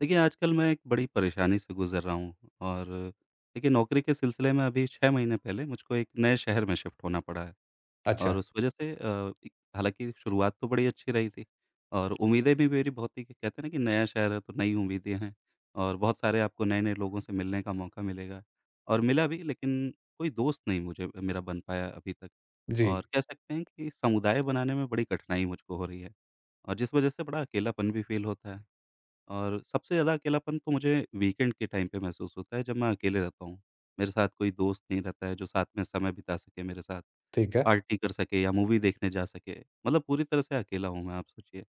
देखिए, आजकल मैं एक बड़ी परेशानी से गुज़र रहा हूँ और देखिए नौकरी के सिलसिले में अभी 6 महीने पहले मुझको एक नए शहर में शिफ्ट होना पड़ा है। अच्छा। और उस वजह से अ, एक हालाँकि शुरुआत तो बड़ी अच्छी रही थी और उम्मीदें भी मेरी बहुत थी कि कहते हैं ना कि नया शहर है तो नई उम्मीदें हैं। और बहुत सारे आपको नए-नए लोगों से मिलने का मौका मिलेगा और मिला भी, लेकिन कोई दोस्त नहीं मुझे मेरा बन पाया अभी तक। जी। और कह सकते हैं कि समुदाय बनाने में बड़ी कठिनाई मुझको हो रही है और जिस वजह से बड़ा अकेलापन भी फ़ील होता है। और सबसे ज़्यादा अकेलापन तो मुझे वीकेंड के टाइम पे महसूस होता है जब मैं अकेले रहता हूँ। मेरे साथ कोई दोस्त नहीं रहता है जो साथ में समय बिता सके मेरे साथ, ठीक है। पार्टी कर सके या मूवी देखने जा सके। मतलब पूरी तरह से अकेला हूँ मैं, आप सोचिए।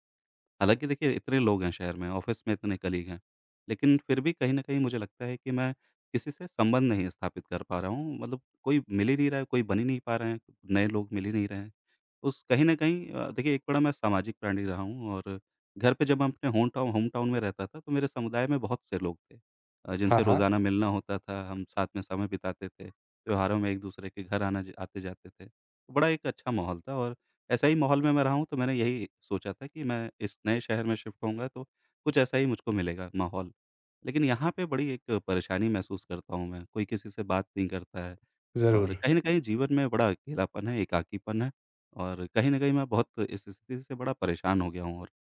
हालाँकि देखिए इतने लोग हैं शहर में, ऑफ़िस में इतने कलीग हैं, लेकिन फिर भी कहीं न कहीं मुझे लगता है कि मैं किसी से संबंध नहीं स्थापित कर पा रहा हूँ। मतलब कोई मिल ही नहीं रहा है, कोई बन ही नहीं पा रहे हैं, नए लोग मिल ही नहीं रहे हैं। उस कहीं न कहीं देखिए एक बड़ा मैं सामाजिक प्राणी रहा हूँ। और घर पे जब मैं अपने होम टाउन में रहता था, तो मेरे समुदाय में बहुत से लोग थे हाँ, जिनसे हाँ, रोज़ाना मिलना होता था, हम साथ में समय बिताते थे, त्योहारों में एक-दूसरे के घर आना ज आते-जाते थे। तो बड़ा एक अच्छा माहौल था और ऐसा ही माहौल में मैं रहा हूँ, तो मैंने यही सोचा था कि मैं इस नए शहर में शिफ्ट होऊँगा तो कुछ ऐसा ही मुझको मिलेगा माहौल। लेकिन यहाँ पे बड़ी एक परेशानी महसूस करता हूँ मैं, कोई किसी से बात नहीं करता है। और ज़रूर। कहीं न कहीं जीवन में बड़ा अकेलापन है, एकाकीपन है, और कहीं न कहीं मैं बहुत इस स्थिति से बड़ा परेशान हो गया हूँ। और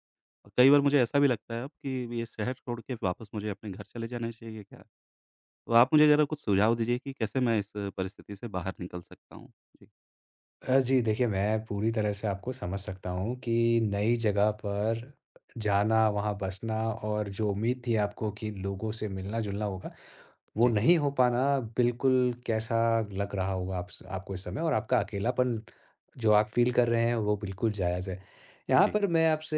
कई बार मुझे ऐसा भी लगता है अब कि ये शहर छोड़ के वापस मुझे अपने घर चले जाना चाहिए क्या? तो आप मुझे ज़रा कुछ सुझाव दीजिए कि कैसे मैं इस परिस्थिति से बाहर निकल सकता हूँ? जी, जी, देखिए मैं पूरी तरह से आपको समझ सकता हूँ कि नई जगह पर जाना, वहाँ बसना और जो उम्मीद थी आपको कि लोगों से मिलना-जुलना होगा, वो जी, नहीं हो पाना बिल्कुल कैसा लग रहा होगा आप स आपको इस समय, और आपका अकेलापन जो आप फ़ील कर रहे हैं, वो बिल्कुल जायज़ है। यहाँ जी। पर मैं आपसे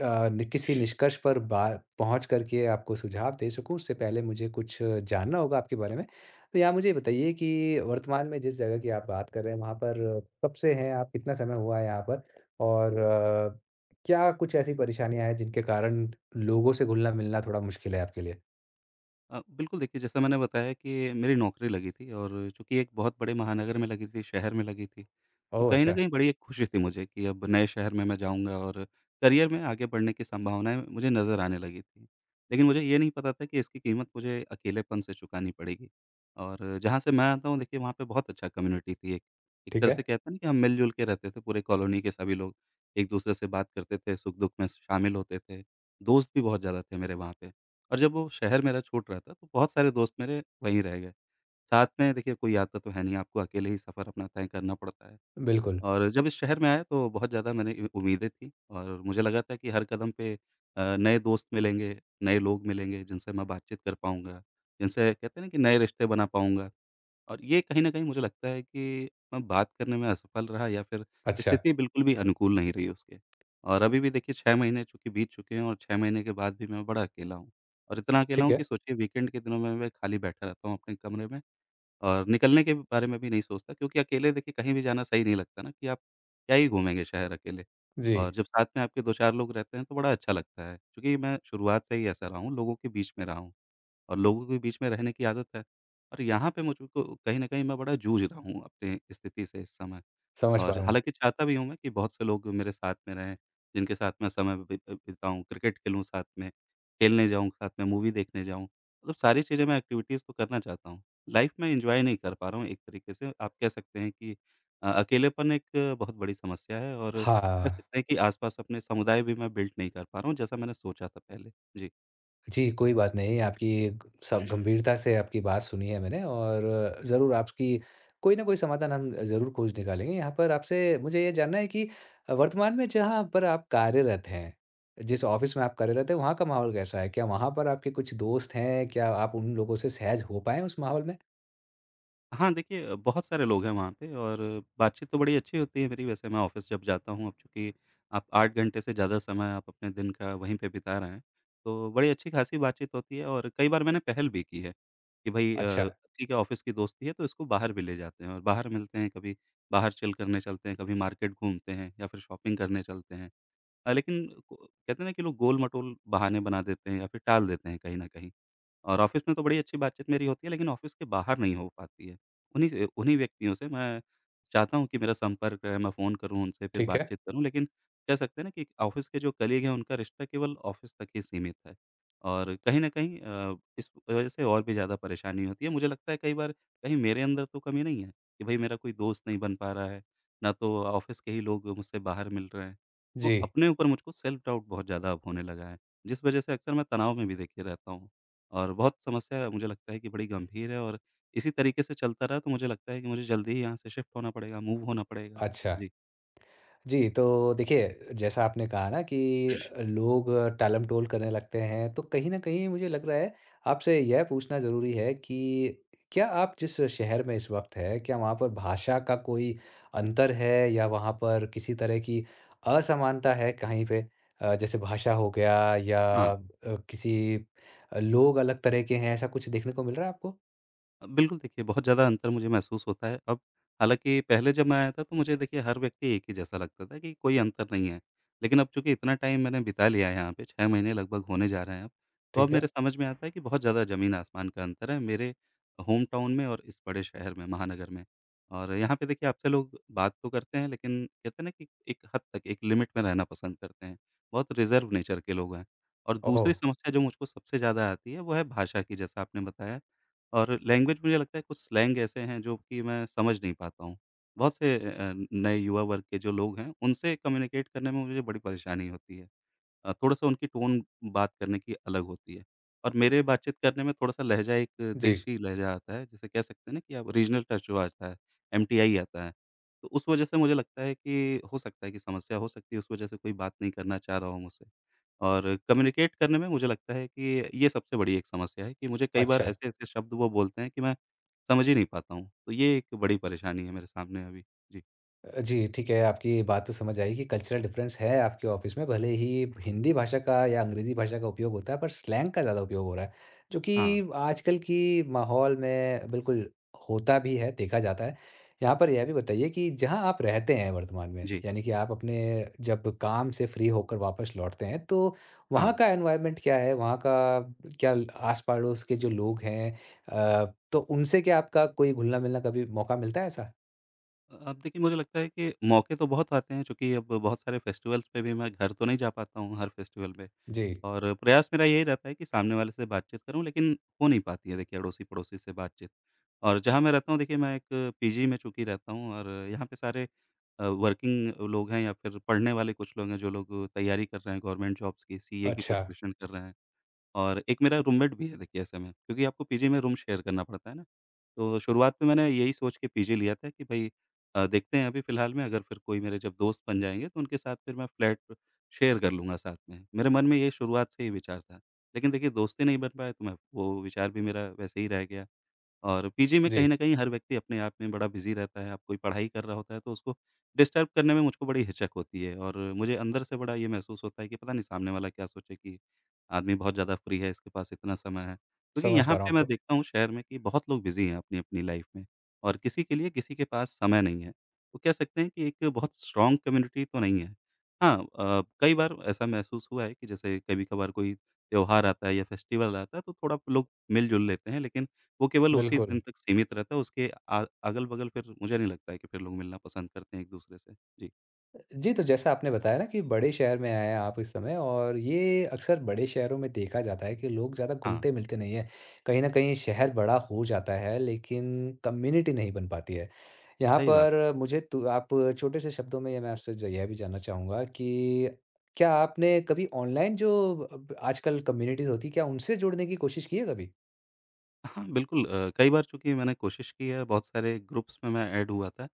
अ, नि किसी निष्कर्ष पर बा पहुँच कर के आपको सुझाव दे सकूँ, उससे पहले मुझे कुछ जानना होगा आपके बारे में। तो यहाँ मुझे ये बताइए कि वर्तमान में जिस जगह की आप बात कर रहे हैं, वहाँ पर कब से हैं आप? कितना समय हुआ है यहाँ पर? और क्या कुछ ऐसी परेशानियाँ हैं जिनके कारण लोगों से घुलना-मिलना थोड़ा मुश्किल है आपके लिए? बिल्कुल, देखिए जैसा मैंने बताया कि मेरी नौकरी लगी थी, और चूँकि एक बहुत बड़े महानगर में लगी थी, शहर में लगी थी, तो ओह! कहीं न अच्छा। कहीं बड़ी एक खुशी थी मुझे कि अब नए शहर में मैं जाऊँगा और करियर में आगे बढ़ने की संभावनाएँ मुझे नज़र आने लगी थी। लेकिन मुझे ये नहीं पता था कि इसकी कीमत मुझे अकेलेपन से चुकानी पड़ेगी। और जहाँ से मैं आता हूँ देखिए वहाँ पे बहुत अच्छा कम्युनिटी थी एक। एक ठीक तरह है। से कहते हैं ना कि हम मिल-जुल के रहते थे पूरे कॉलोनी के सभी लोग, एक-दूसरे से बात करते थे, सुख-दुख में शामिल होते थे, दोस्त भी बहुत ज़्यादा थे मेरे वहाँ पे। और जब वो शहर मेरा छूट रहा था, तो बहुत सारे दोस्त मेरे वहीं रह गए। साथ में देखिए कोई आता तो है नहीं, आपको अकेले ही सफ़र अपना तय करना पड़ता है। बिल्कुल। और जब इस शहर में आया तो बहुत ज़्यादा मैंने इ उम्मीदें थी, और मुझे लगा था कि हर कदम पे नए दोस्त मिलेंगे, नए लोग मिलेंगे, जिनसे मैं बातचीत कर पाऊँगा, जिनसे कहते हैं ना कि नए रिश्ते बना पाऊँगा। और ये कहीं न कहीं मुझे लगता है कि मैं बात करने में असफल रहा या फिर अच्छा। स्थिति बिल्कुल भी अनुकूल नहीं रही उसके। और अभी भी देखिए 6 महीने चूँकि बीत चुके हैं और 6 महीने के बाद भी मैं बड़ा अकेला हूँ। और इतना अकेला ठीक हूँ है। कि सोचिए वीकेंड के दिनों में मैं खाली बैठा रहता हूँ अपने कमरे में, और निकलने के बारे में भी नहीं सोचता क्योंकि अकेले देखिए कहीं भी जाना सही नहीं लगता ना, कि आप क्या ही घूमेंगे शहर अकेले। और जी, जब साथ में आपके 2-4 लोग रहते हैं तो बड़ा अच्छा लगता है। क्योंकि मैं शुरुआत से ही ऐसा रहा हूँ, लोगों के बीच में रहा हूँ। और लोगों के बीच में रहने की आदत है। और यहाँ पे मुझको कहीं न कहीं मैं बड़ा जूझ रहा हूँ अपनी स्थिति से इस समय। समझ पा और रहा हूँ। हालाँकि चाहता भी हूँ मैं कि बहुत से लोग मेरे साथ में रहें, जिनके साथ मैं समय बिताऊँ, क्रिकेट खेलूँ साथ में, खेलने जाऊँ साथ में, मूवी देखने जाऊँ। मतलब सारी चीज़ें मैं एक्टिविटीज़ तो करना चाहता हूँ। लाइफ़ में एन्जॉय नहीं कर पा रहा हूँ एक तरीके से। आप कह सकते हैं कि अकेलेपन एक बहुत बड़ी समस्या है, और कह हाँ। सकते हैं कि आस-पास अपने समुदाय भी मैं बिल्ड नहीं कर पा रहा हूँ, जैसा मैंने सोचा था पहले। जी। जी, कोई बात नहीं। आपकी सब गंभीरता से आपकी बात सुनी है मैंने, और ज़रूर आपकी कोई न कोई समाधान हम ज़रूर खोज निकालेंगे। यहाँ पर आपसे मुझे ये जानना है कि वर्तमान में जहाँ पर आप कार्यरत हैं, जिस ऑफ़िस में आप कार्यरत हैं, वहाँ का माहौल कैसा है? क्या वहाँ पर आपके कुछ दोस्त हैं? क्या आप उन लोगों से सहज हो पाए हैं उस माहौल में? हाँ, देखिए बहुत सारे लोग हैं वहाँ पे और बातचीत तो बड़ी अच्छी होती है मेरी वैसे। मैं ऑफ़िस जब जाता हूँ, अब चूँकि आप 8 घंटे से ज़्यादा समय आप अपने दिन का वहीं पे बिता रहे हैं, तो बड़ी अच्छी-खासी बातचीत होती है। और कई बार मैंने पहल भी की है कि भई अच्छा। ठीक है ऑफ़िस की दोस्ती है तो इसको बाहर भी ले जाते हैं और बाहर मिलते हैं, कभी बाहर चिल करने चलते हैं, कभी मार्केट घूमते हैं या फिर शॉपिंग करने चलते हैं। लेकिन को कहते हैं ना कि लोग गोल-मटोल बहाने बना देते हैं या फिर टाल देते हैं कहीं न कहीं। और ऑफ़िस में तो बड़ी अच्छी बातचीत मेरी होती है लेकिन ऑफ़िस के बाहर नहीं हो पाती है। उन्हीं व्यक्तियों से मैं चाहता हूँ कि मेरा संपर्क रहे, मैं फ़ोन करूँ उनसे, फिर ठीक है। बातचीत करूँ, लेकिन कह सकते हैं ना कि ऑफ़िस के जो कलीग हैं उनका रिश्ता केवल ऑफ़िस तक ही सीमित है। और कहीं न कहीं इस वजह से और भी ज़्यादा परेशानी होती है। मुझे लगता है कई बार कहीं मेरे अंदर तो कमी नहीं है कि भई मेरा कोई दोस्त नहीं बन पा रहा है, ना तो ऑफ़िस के ही लोग मुझसे बाहर मिल रहे हैं। तो जी। अपने ऊपर मुझको सेल्फ डाउट बहुत ज़्यादा अब होने लगा है, जिस वजह से अक्सर मैं तनाव में भी देखिए रहता हूँ। और बहुत समस्या मुझे लगता है कि बड़ी गंभीर है, और इसी तरीके से चलता रहा तो मुझे लगता है कि मुझे जल्दी ही यहाँ से शिफ्ट होना पड़ेगा, मूव होना पड़ेगा। अच्छा। जी। जी, तो देखिए, जैसा आपने कहा ना कि लोग टालम-टोल करने लगते हैं, तो कहीं न कहीं मुझे लग रहा है, आपसे यह पूछना ज़रूरी है कि क्या आप जिस शहर में इस वक़्त हैं, क्या वहाँ पर भाषा का कोई अंतर है, या वहाँ पर किसी तरह की असमानता है कहीं पे? जैसे भाषा हो गया या हाँ। अ, किसी लोग अलग तरह के हैं, ऐसा कुछ देखने को मिल रहा है आपको? बिल्कुल, देखिए बहुत ज़्यादा अंतर मुझे महसूस होता है अब। हालाँकि पहले जब मैं आया था तो मुझे देखिए हर व्यक्ति एक ही जैसा लगता था कि कोई अंतर नहीं है। लेकिन अब चूँकि इतना टाइम मैंने बिता लिया है यहाँ पे, 6 महीने लगभग होने जा रहे हैं अब। तो अब ठीक मेरे है। समझ में आता है कि बहुत ज़्यादा ज़मीन-आसमान का अंतर है मेरे होम टाउन में और इस बड़े शहर में, महानगर में। और यहाँ पे देखिए आपसे लोग बात तो करते हैं लेकिन कहते हैं ना कि एक हद तक, एक लिमिट में रहना पसंद करते हैं। बहुत रिज़र्व नेचर के लोग हैं। और ओह! दूसरी समस्या जो मुझको सबसे ज़्यादा आती है, वो है भाषा की, जैसा आपने बताया। और लैंग्वेज, मुझे लगता है कुछ स्लैंग ऐसे हैं जो कि मैं समझ नहीं पाता हूँ। बहुत से नए युवा वर्ग के जो लोग हैं, उनसे कम्युनिकेट करने में मुझे बड़ी परेशानी होती है। थोड़ा-सा उनकी टोन बात करने की अलग होती है, और मेरे बातचीत करने में थोड़ा-सा लहज़ा, एक जी, देशी लहज़ा आता है, जिसे कह सकते हैं ना कि आप रीजनल टच जो आता है, एमटीआई आता है। तो उस वजह से मुझे लगता है कि हो सकता है कि समस्या हो सकती है, उस वजह से कोई बात नहीं करना चाह रहा हो मुझसे। और कम्युनिकेट करने में मुझे लगता है कि ये सबसे बड़ी एक समस्या है कि मुझे कई बार अच्छा। ऐसे-ऐसे शब्द वो बोलते हैं कि मैं समझ ही नहीं पाता हूँ। तो ये एक बड़ी परेशानी है मेरे सामने अभी। जी। जी, ठीक है, आपकी बात तो समझ आई कि कल्चरल डिफरेंस है आपके ऑफ़िस में, भले ही हिंदी भाषा का या अंग्रेज़ी भाषा का उपयोग होता है, पर स्लैंग का ज़्यादा उपयोग हो रहा है, जो कि हाँ। आजकल की माहौल में बिल्कुल होता भी है, देखा जाता है। यहाँ पर यह भी बताइए कि जहाँ आप रहते हैं वर्तमान में, जी। यानी कि आप अपने जब काम से फ्री होकर वापस लौटते हैं, तो वहाँ हाँ। का एनवायरनमेंट क्या है? वहाँ का क्या आस-पड़ोस के जो लोग हैं, अ, तो उनसे क्या आपका कोई घुलना-मिलना कभी मौका मिलता है ऐसा? अब देखिए मुझे लगता है कि मौके तो बहुत आते हैं चूँकि अब बहुत सारे फेस्टिवल्स पे भी मैं घर तो नहीं जा पाता हूँ हर फेस्टिवल में, जी, और प्रयास मेरा यही रहता है कि सामने वाले से बातचीत करूँ, लेकिन हो नहीं पाती है देखिए अड़ोसी-पड़ोसी से बातचीत। और जहाँ मैं रहता हूँ देखिए, मैं एक पीजी में चूँकि रहता हूँ, और यहाँ पे सारे वर्किंग लोग हैं या फिर पढ़ने वाले कुछ लोग हैं जो लोग तैयारी कर रहे हैं गवर्नमेंट जॉब्स की, सीए की अच्छा। प्रिपरेशन कर रहे हैं। और एक मेरा रूममेट भी है देखिए, ऐसे में क्योंकि आपको पीजी में रूम शेयर करना पड़ता है ना। तो शुरुआत में मैंने यही सोच के पीजी लिया था कि भई देखते हैं, अभी फ़िलहाल में अगर फिर कोई मेरे जब दोस्त बन जाएँगे तो उनके साथ फिर मैं फ्लैट शेयर कर लूँगा साथ में। मेरे मन में ये शुरुआत से ही विचार था। लेकिन देखिए दोस्ती नहीं बन पाए तो मैं वो विचार भी मेरा वैसे ही रह गया। और पीजी में कहीं जी, न कहीं हर व्यक्ति अपने आप में बड़ा बिज़ी रहता है, अब कोई पढ़ाई कर रहा होता है तो उसको डिस्टर्ब करने में मुझको बड़ी हिचक होती है, और मुझे अंदर से बड़ा ये महसूस होता है कि पता नहीं सामने वाला क्या सोचे कि आदमी बहुत ज़्यादा फ्री है, इसके पास इतना समय है। क्योंकि समझ यहाँ पा रहा पे हूँ मैं आपको। देखता हूँ शहर में कि बहुत लोग बिज़ी हैं अपनी-अपनी लाइफ़ में, और किसी के लिए किसी के पास समय नहीं है। तो कह सकते हैं कि एक बहुत स्ट्रॉन्ग कम्युनिटी तो नहीं है। हाँ, कई बार ऐसा महसूस हुआ है कि जैसे कभी-कभार कोई त्योहार आता है या फेस्टिवल आता है तो थोड़ा लोग मिल-जुल लेते हैं, लेकिन वो केवल उसी दिन बिल्कुल। तक सीमित रहता है, उसके अगल-बगल फिर मुझे नहीं लगता है कि फिर लोग मिलना पसंद करते हैं एक-दूसरे से। जी, जी, तो जैसा आपने बताया ना कि बड़े शहर में आए हैं आप इस समय, और ये अक्सर बड़े शहरों में देखा जाता है कि लोग ज़्यादा हाँ, घुलते-मिलते नहीं हैं। कहीं न कहीं शहर बड़ा हो जाता है, लेकिन कम्युनिटी नहीं बन पाती है। यहाँ सही बात। पर मुझे तो आप छोटे से शब्दों में ये मैं आपसे ज यह भी जानना चाहूँगा कि क्या आपने कभी ऑनलाइन जो अब आजकल कम्युनिटीज़ होती हैं, क्या उनसे जुड़ने की कोशिश की है कभी? हाँ, बिल्कुल, कई बार चूँकि मैंने कोशिश की है, बहुत सारे ग्रुप्स में मैं ऐड हुआ था।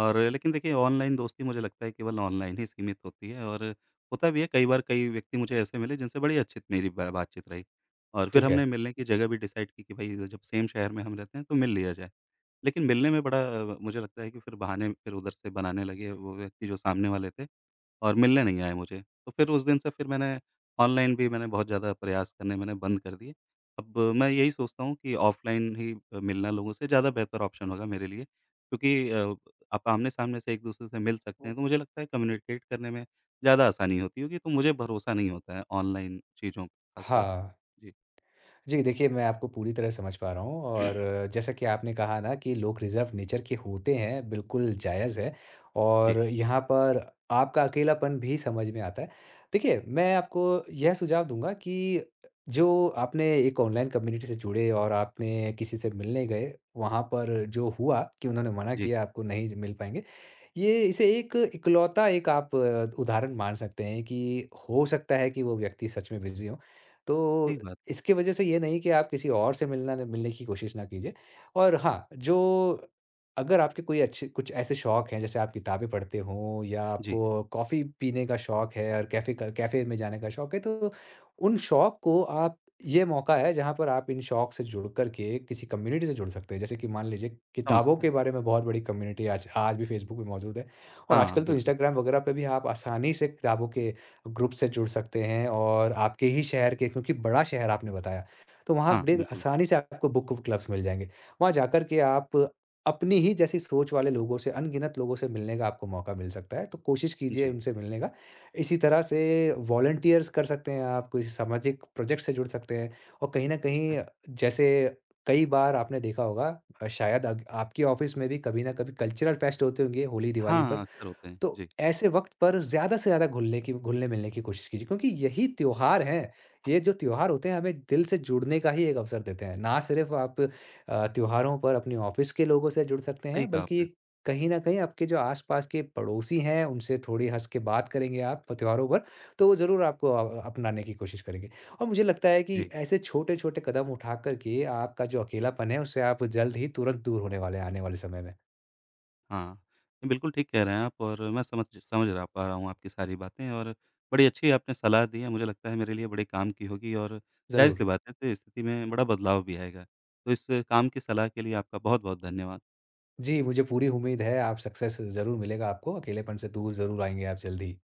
और लेकिन देखिए ऑनलाइन दोस्ती मुझे लगता है केवल ऑनलाइन ही सीमित होती है, और होता भी है कई बार, कई व्यक्ति मुझे ऐसे मिले जिनसे बड़ी अच्छी मेरी बा बातचीत रही, और फिर ठीक हमने है। मिलने की जगह भी डिसाइड की कि भई जब सेम शहर में हम रहते हैं तो मिल लिया जाए। लेकिन मिलने में मुझे लगता है कि फिर बहाने फिर उधर से बनाने लगे वो व्यक्ति जो सामने वाले थे, और मिलने नहीं आए मुझे। तो फिर उस दिन से फिर मैंने ऑनलाइन भी मैंने बहुत ज़्यादा प्रयास करने मैंने बंद कर दिए। अब मैं यही सोचता हूँ कि ऑफ़लाइन ही मिलना लोगों से ज़्यादा बेहतर ऑप्शन होगा मेरे लिए, क्योंकि आप आमने-सामने से एक-दूसरे से मिल सकते हैं, तो मुझे लगता है कम्युनिकेट करने में ज़्यादा आसानी होती होगी, तो मुझे भरोसा नहीं होता है ऑनलाइन चीज़ों पे ख़ासतौर पे। हाँ। जी। जी, देखिए मैं आपको पूरी तरह समझ पा रहा हूँ, और जैसा कि आपने कहा ना कि लोग रिज़र्व नेचर के होते हैं, बिल्कुल जायज़ है। जी, और यहाँ पर आपका अकेलापन भी समझ में आता है। देखिए, मैं आपको यह सुझाव दूँगा कि जो आपने एक ऑनलाइन कम्युनिटी से जुड़े और आपने किसी से मिलने गए, वहाँ पर जो हुआ कि उन्होंने मना जी, किया, आपको नहीं ज मिल पाएँगे। ये इसे एक इकलौता एक आप उदाहरण मान सकते हैं कि हो सकता है कि वो व्यक्ति सच में बिज़ी हो। तो ठीक बात है। इसकी वजह से ये नहीं कि आप किसी और से मिलना न मिलने की कोशिश ना कीजिए। और हाँ, जो अगर आपके कोई अच्छे कुछ ऐसे शौक हैं, जैसे आप किताबें पढ़ते हों या जी, आपको कॉफ़ी पीने का शौक है और कैफ़े में जाने का शौक है, तो उन शौक को आप ये मौका है जहाँ पर आप इन शौक से जुड़ कर के किसी कम्युनिटी से जुड़ सकते हैं। जैसे कि मान लीजिए समझ किताबों गया। के बारे में बहुत बड़ी कम्युनिटी आज आज भी फेसबुक पे मौजूद है, और हाँ, आजकल तो बिल्कुल। इंस्टाग्राम वगैरह पे भी आप आसानी से किताबों के ग्रुप से जुड़ सकते हैं, और आपके ही शहर के क्योंकि बड़ा शहर आपने बताया, तो वहाँ हाँ, बड़े बिल्कुल। आसानी से आपको बुक क्लब्स मिल जाएँगे। वहाँ जाकर के आप अपनी ही जैसी सोच वाले लोगों से, अनगिनत लोगों से मिलने का आपको मौका मिल सकता है। तो कोशिश कीजिए जी, उनसे मिलने का। इसी तरह से वॉलंटियर्स कर सकते हैं आप, किसी सामाजिक प्रोजेक्ट से जुड़ सकते हैं, और कहीं न ठीक है। कहीं जैसे कई बार आपने देखा होगा शायद अग आपकी ऑफ़िस में भी कभी न कभी कल्चरल फेस्ट होते होंगे होली, दिवाली हाँ, पर। अक्सर होते हैं। तो जी, ऐसे वक़्त पर ज़्यादा से ज़्यादा घुलने-मिलने की कोशिश कीजिए क्योंकि यही त्योहार हैं। ये जो त्योहार होते हैं हमें दिल से जुड़ने का ही एक अवसर देते हैं। ना सिर्फ़ आप त्योहारों पर अपने ऑफ़िस के लोगों से जुड़ सकते सही हैं कहा बल्कि आपने। कहीं न कहीं आपके जो आस-पास के पड़ोसी हैं उनसे थोड़ी हँस के बात करेंगे आप त्योहारों पर, तो वो ज़रूर आपको अपनाने की कोशिश करेंगे। और मुझे लगता है कि जी। ऐसे छोटे-छोटे कदम उठा कर के आपका जो अकेलापन है उससे आप जल्द ही तुरंत दूर होने वाले हैं आने वाले समय में। हाँ, बिल्कुल ठीक कह रहे हैं आप, और मैं समझ समझ रहा पा रहा हूँ आपकी सारी बातें, और बड़ी अच्छी आपने सलाह दी है, मुझे लगता है मेरे लिए बड़े काम की होगी, और ज़ाहिर-सी ज़रूर। बात है तो स्थिति में बड़ा बदलाव भी आएगा। तो इस काम की सलाह के लिए आपका बहुत-बहुत धन्यवाद। जी, मुझे पूरी उम्मीद है आप सक्सेस ज़रूर मिलेगा आपको, अकेलेपन से दूर ज़रूर आएँगे आप जल्दी।